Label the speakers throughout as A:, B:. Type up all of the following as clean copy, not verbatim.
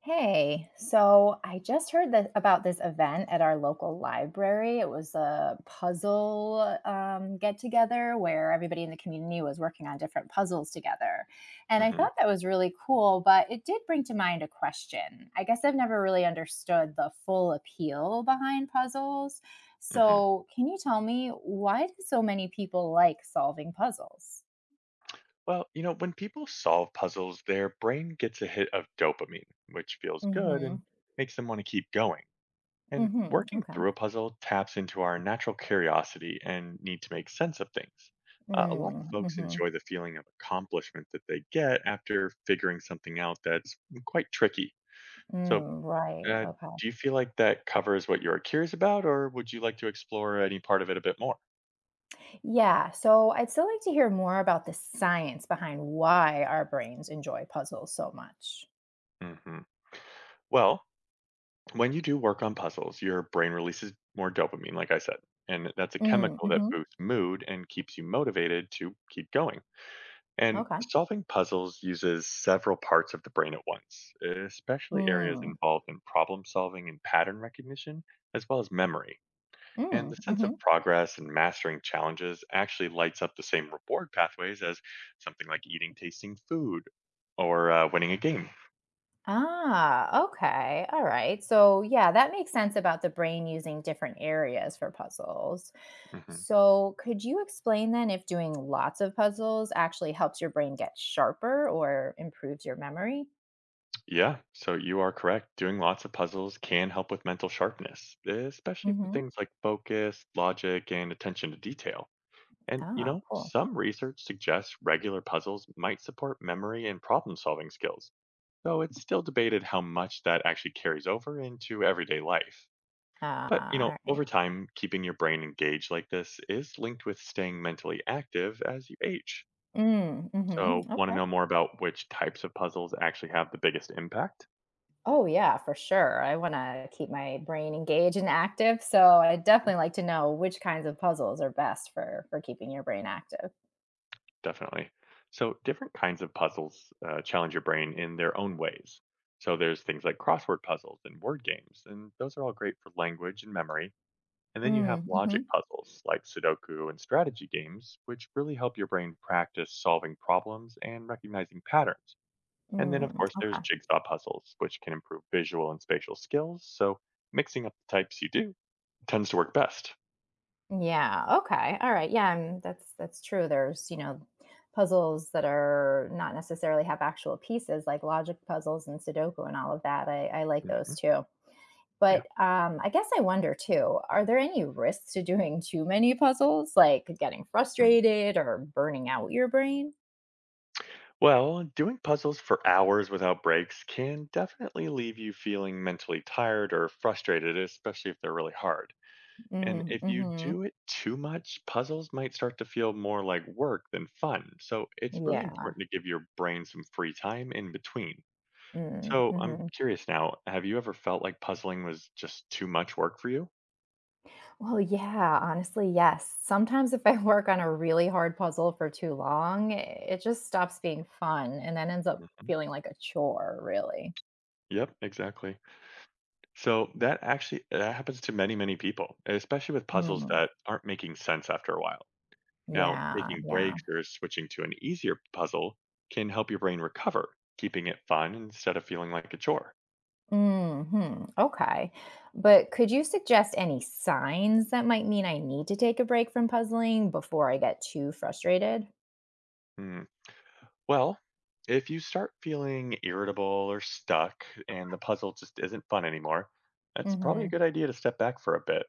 A: Hey, so I just heard that about this event at our local library. It was a puzzle get together where everybody in the community was working on different puzzles together. And I
B: Mhm,
A: thought that was really cool, but it did bring to mind a question. I guess I've never really understood the full appeal behind puzzles.
B: mhm.
A: So, can you tell me, why do so many people like solving puzzles?
B: Well, you know, when people solve puzzles, their brain gets a hit of dopamine, which feels good and
A: Mm-hmm.
B: makes them want to keep going. And
A: Mm-hmm.
B: working
A: Okay.
B: through a puzzle taps into our natural curiosity and need to make sense of things. A lot of folks
A: Mm-hmm.
B: enjoy the feeling of accomplishment that they get after figuring something out that's quite tricky. So,
A: Mm, right.
B: uh,
A: Okay.
B: do you feel like that covers what you're curious about, or would you like to explore any part of it a bit more?
A: Yeah, so I'd still like to hear more about the science behind why our brains enjoy puzzles so much.
B: hmm Well, when you do work on puzzles, your brain releases more dopamine, like I said, and that's a
A: Mm,
B: chemical that
A: hmm.
B: boosts mood and keeps you motivated to keep going. And
A: Okay.
B: solving puzzles uses several parts of the brain at once, especially areas
A: Mm,
B: involved in problem solving and pattern recognition, as well as memory. And
A: mm,
B: the sense
A: hmm.
B: of progress and mastering challenges actually lights up the same reward pathways as something like eating tasting food or winning a game.
A: Ah, okay. All right. So, yeah, that makes sense about the brain using different areas for puzzles.
B: Mhm.
A: So, could you explain then if doing lots of puzzles actually helps your brain get sharper or improves your memory?
B: Yeah, so you are correct. Doing lots of puzzles can help with mental sharpness, especially for
A: Mm-hmm.
B: things like focus, logic, and attention to detail. And, you
A: Ah,
B: know,
A: cool.
B: some research suggests regular puzzles might support memory and problem solving skills, though it's still debated how much that actually carries over into everyday life.
A: Ah,
B: But, you know,
A: all right.
B: over time, keeping your brain engaged like this is linked with staying mentally active as you age.
A: Mm, mm-hmm.
B: So, want to know more about which types of puzzles actually have the biggest impact?
A: Oh, yeah, for sure. I wanna keep my brain engaged and active, so I definitely like to know which kinds of puzzles are best for keeping your brain active.
B: Definitely. So, different kinds of puzzles challenge your brain in their own ways. So, there's things like crossword puzzles and word games, and those are all great for language and memory. And then you have
A: Mm,
B: logic
A: mhm,
B: puzzles like Sudoku and strategy games, which really help your brain practice solving problems and recognizing patterns. And then, of
A: mm,
B: course, there's
A: okay.
B: jigsaw puzzles, which can improve visual and spatial skills. So, mixing up the types you do tends to work best.
A: Yeah, okay, alright, yeah, that's true, there's puzzles that are not necessarily have actual pieces, like logic puzzles and Sudoku and all of that, I like
B: hmm
A: those too.
B: Yeah.
A: But, I guess I wonder too, are there any risks to doing too many puzzles, like getting
B: Hmm.
A: frustrated or burning out your brain?
B: Well, doing puzzles for hours without breaks can definitely leave you feeling mentally tired or frustrated, especially if they're really hard. And
A: Mm,
B: if you
A: mhm.
B: do it too much, puzzles might start to feel more like work than fun. So it's really
A: Yeah.
B: important to give your brain some free time in between.
A: Mm,
B: So I'm
A: mhm.
B: curious now, have you ever felt like puzzling was just too much work for you?
A: Well, yeah, honestly, yes. Sometimes if I work on a really hard puzzle for too long, it just stops being fun and then ends up
B: Mhm.
A: feeling like a chore, really.
B: Yep, exactly. So that actually that happens to many, many people, especially with puzzles
A: Mm.
B: that aren't making sense after a while. Now,
A: Yeah,
B: taking
A: yeah.
B: breaks or switching to an easier puzzle can help your brain recover, keeping it fun instead of feeling like a chore.
A: Mhm. Okay. But could you suggest any signs that might mean I need to take a break from puzzling before I get too frustrated?
B: Hmm. Well, if you start feeling irritable or stuck and the puzzle just isn't fun anymore, that's probably a
A: Mhm.
B: good idea to step back for a bit.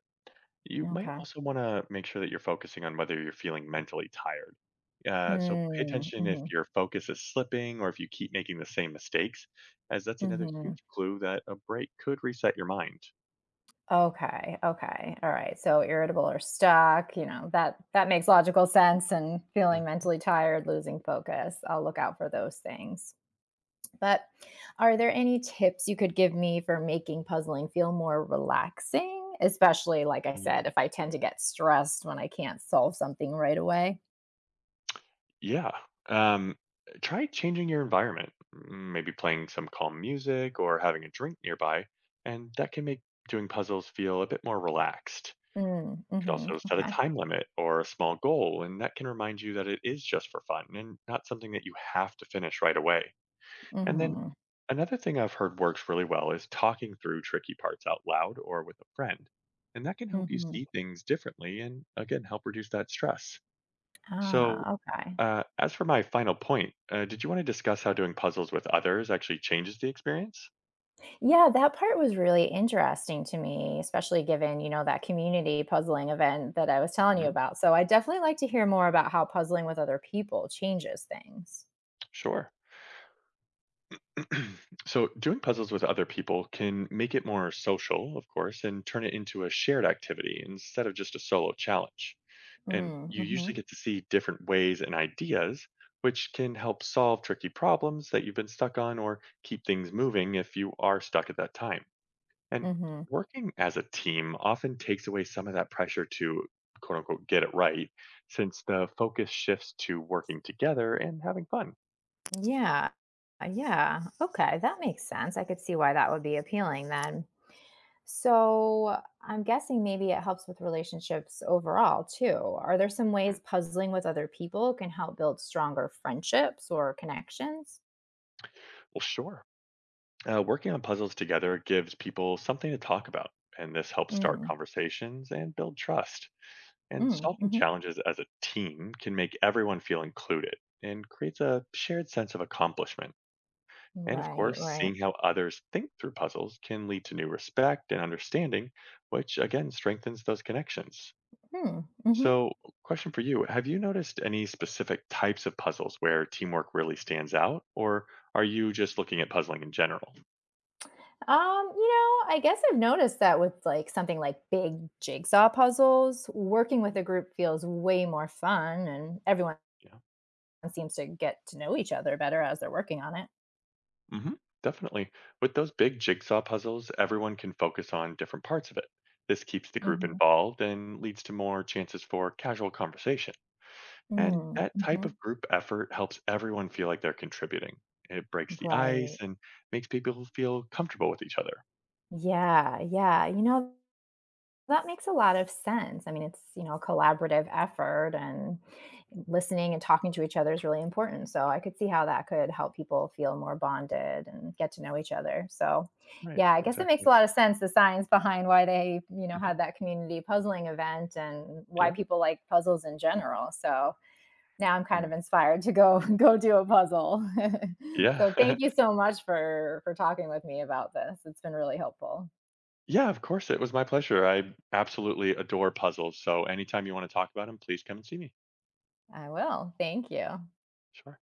B: You might
A: Okay.
B: also want to make sure that you're focusing on whether you're feeling mentally tired. So pay
A: Mm,
B: attention if
A: mhm.
B: your focus is slipping or if you keep making the same mistakes, as that's another
A: Mhm.
B: huge clue that a break could reset your mind.
A: Okay, okay. All right. So irritable or stuck, you know, that makes logical sense, and feeling mentally tired, losing focus. I'll look out for those things. But are there any tips you could give me for making puzzling feel more relaxing, especially like I
B: Mhm.
A: said, if I tend to get stressed when I can't solve something right away?
B: Yeah. Um, Try changing your environment, maybe playing some calm music or having a drink nearby, and that can make doing puzzles feel a bit more relaxed.
A: Mm,
B: You could
A: mhm.
B: also set a
A: Okay.
B: time limit or a small goal, and that can remind you that it is just for fun and not something that you have to finish right away. And then
A: Mhm.
B: another thing I've heard works really well is talking through tricky parts out loud or with a friend. And that can help you
A: Mhm.
B: see things differently and again help reduce that stress. So,
A: Ah, okay.
B: as for my final point, did you want to discuss how doing puzzles with others actually changes the experience?
A: Yeah, that part was really interesting to me, especially given that community puzzling event that I was telling you
B: hmm
A: about. So I definitely like to hear more about how puzzling with other people changes things.
B: Sure. So, doing puzzles with other people can make it more social, of course, and turn it into a shared activity instead of just a solo challenge. And
A: Mm,
B: you
A: mm-hmm,
B: usually get to see different ways and ideas, which can help solve tricky problems that you've been stuck on or keep things moving if you are stuck at that time. And
A: mm-hmm.
B: working as a team often takes away some of that pressure to quote unquote get it right, since the focus shifts to working together and having fun.
A: Yeah, yeah. Okay, that makes sense. I could see why that would be appealing then. So I'm guessing maybe it helps with relationships overall too. Are there some
B: Mm.
A: ways puzzling with other people can help build stronger friendships or connections?
B: Well, sure. Working on puzzles together gives people something to talk about, and this helps start
A: Mm,
B: conversations and build trust. And
A: mm,
B: solving
A: mm-hmm.
B: challenges as a team can make everyone feel included and creates a shared sense of accomplishment. And of
A: Right,
B: course,
A: right.
B: seeing how others think through puzzles can lead to new respect and understanding, which again strengthens those connections.
A: Hmm. Hmm.
B: So, question for you: have you noticed any specific types of puzzles where teamwork really stands out, or are you just looking at puzzling in general?
A: I guess I've noticed that with like something like big jigsaw puzzles, working with a group feels way more fun and everyone
B: Yeah.
A: seems to get to know each other better as they're working on it.
B: hmm Definitely. With those big jigsaw puzzles, everyone can focus on different parts of it. This keeps the group
A: Mm-hmm.
B: involved and leads to more chances for casual conversation. And
A: Hmm.
B: that type
A: Mm-hmm.
B: of group effort helps everyone feel like they're contributing. It breaks the ice
A: Right.
B: and makes people feel comfortable with each other.
A: Yeah, yeah. That makes a lot of sense. I mean, it's a collaborative effort, and listening and talking to each other is really important. So I could see how that could help people feel more bonded and get to know each other. So,
B: Right,
A: yeah, I guess it makes
B: exactly.
A: a lot of sense, the science behind why they
B: Mhm.
A: had that community puzzling event and why
B: Yeah.
A: people like puzzles in general. So now I'm kind
B: Mm.
A: of inspired to go go do a puzzle.
B: Yeah.
A: So thank you so much for talking with me about this. It's been really helpful.
B: Yeah, of course. It was my pleasure. I absolutely adore puzzles. So anytime you want to talk about them, please come and see me.
A: I will. Thank you.
B: Sure.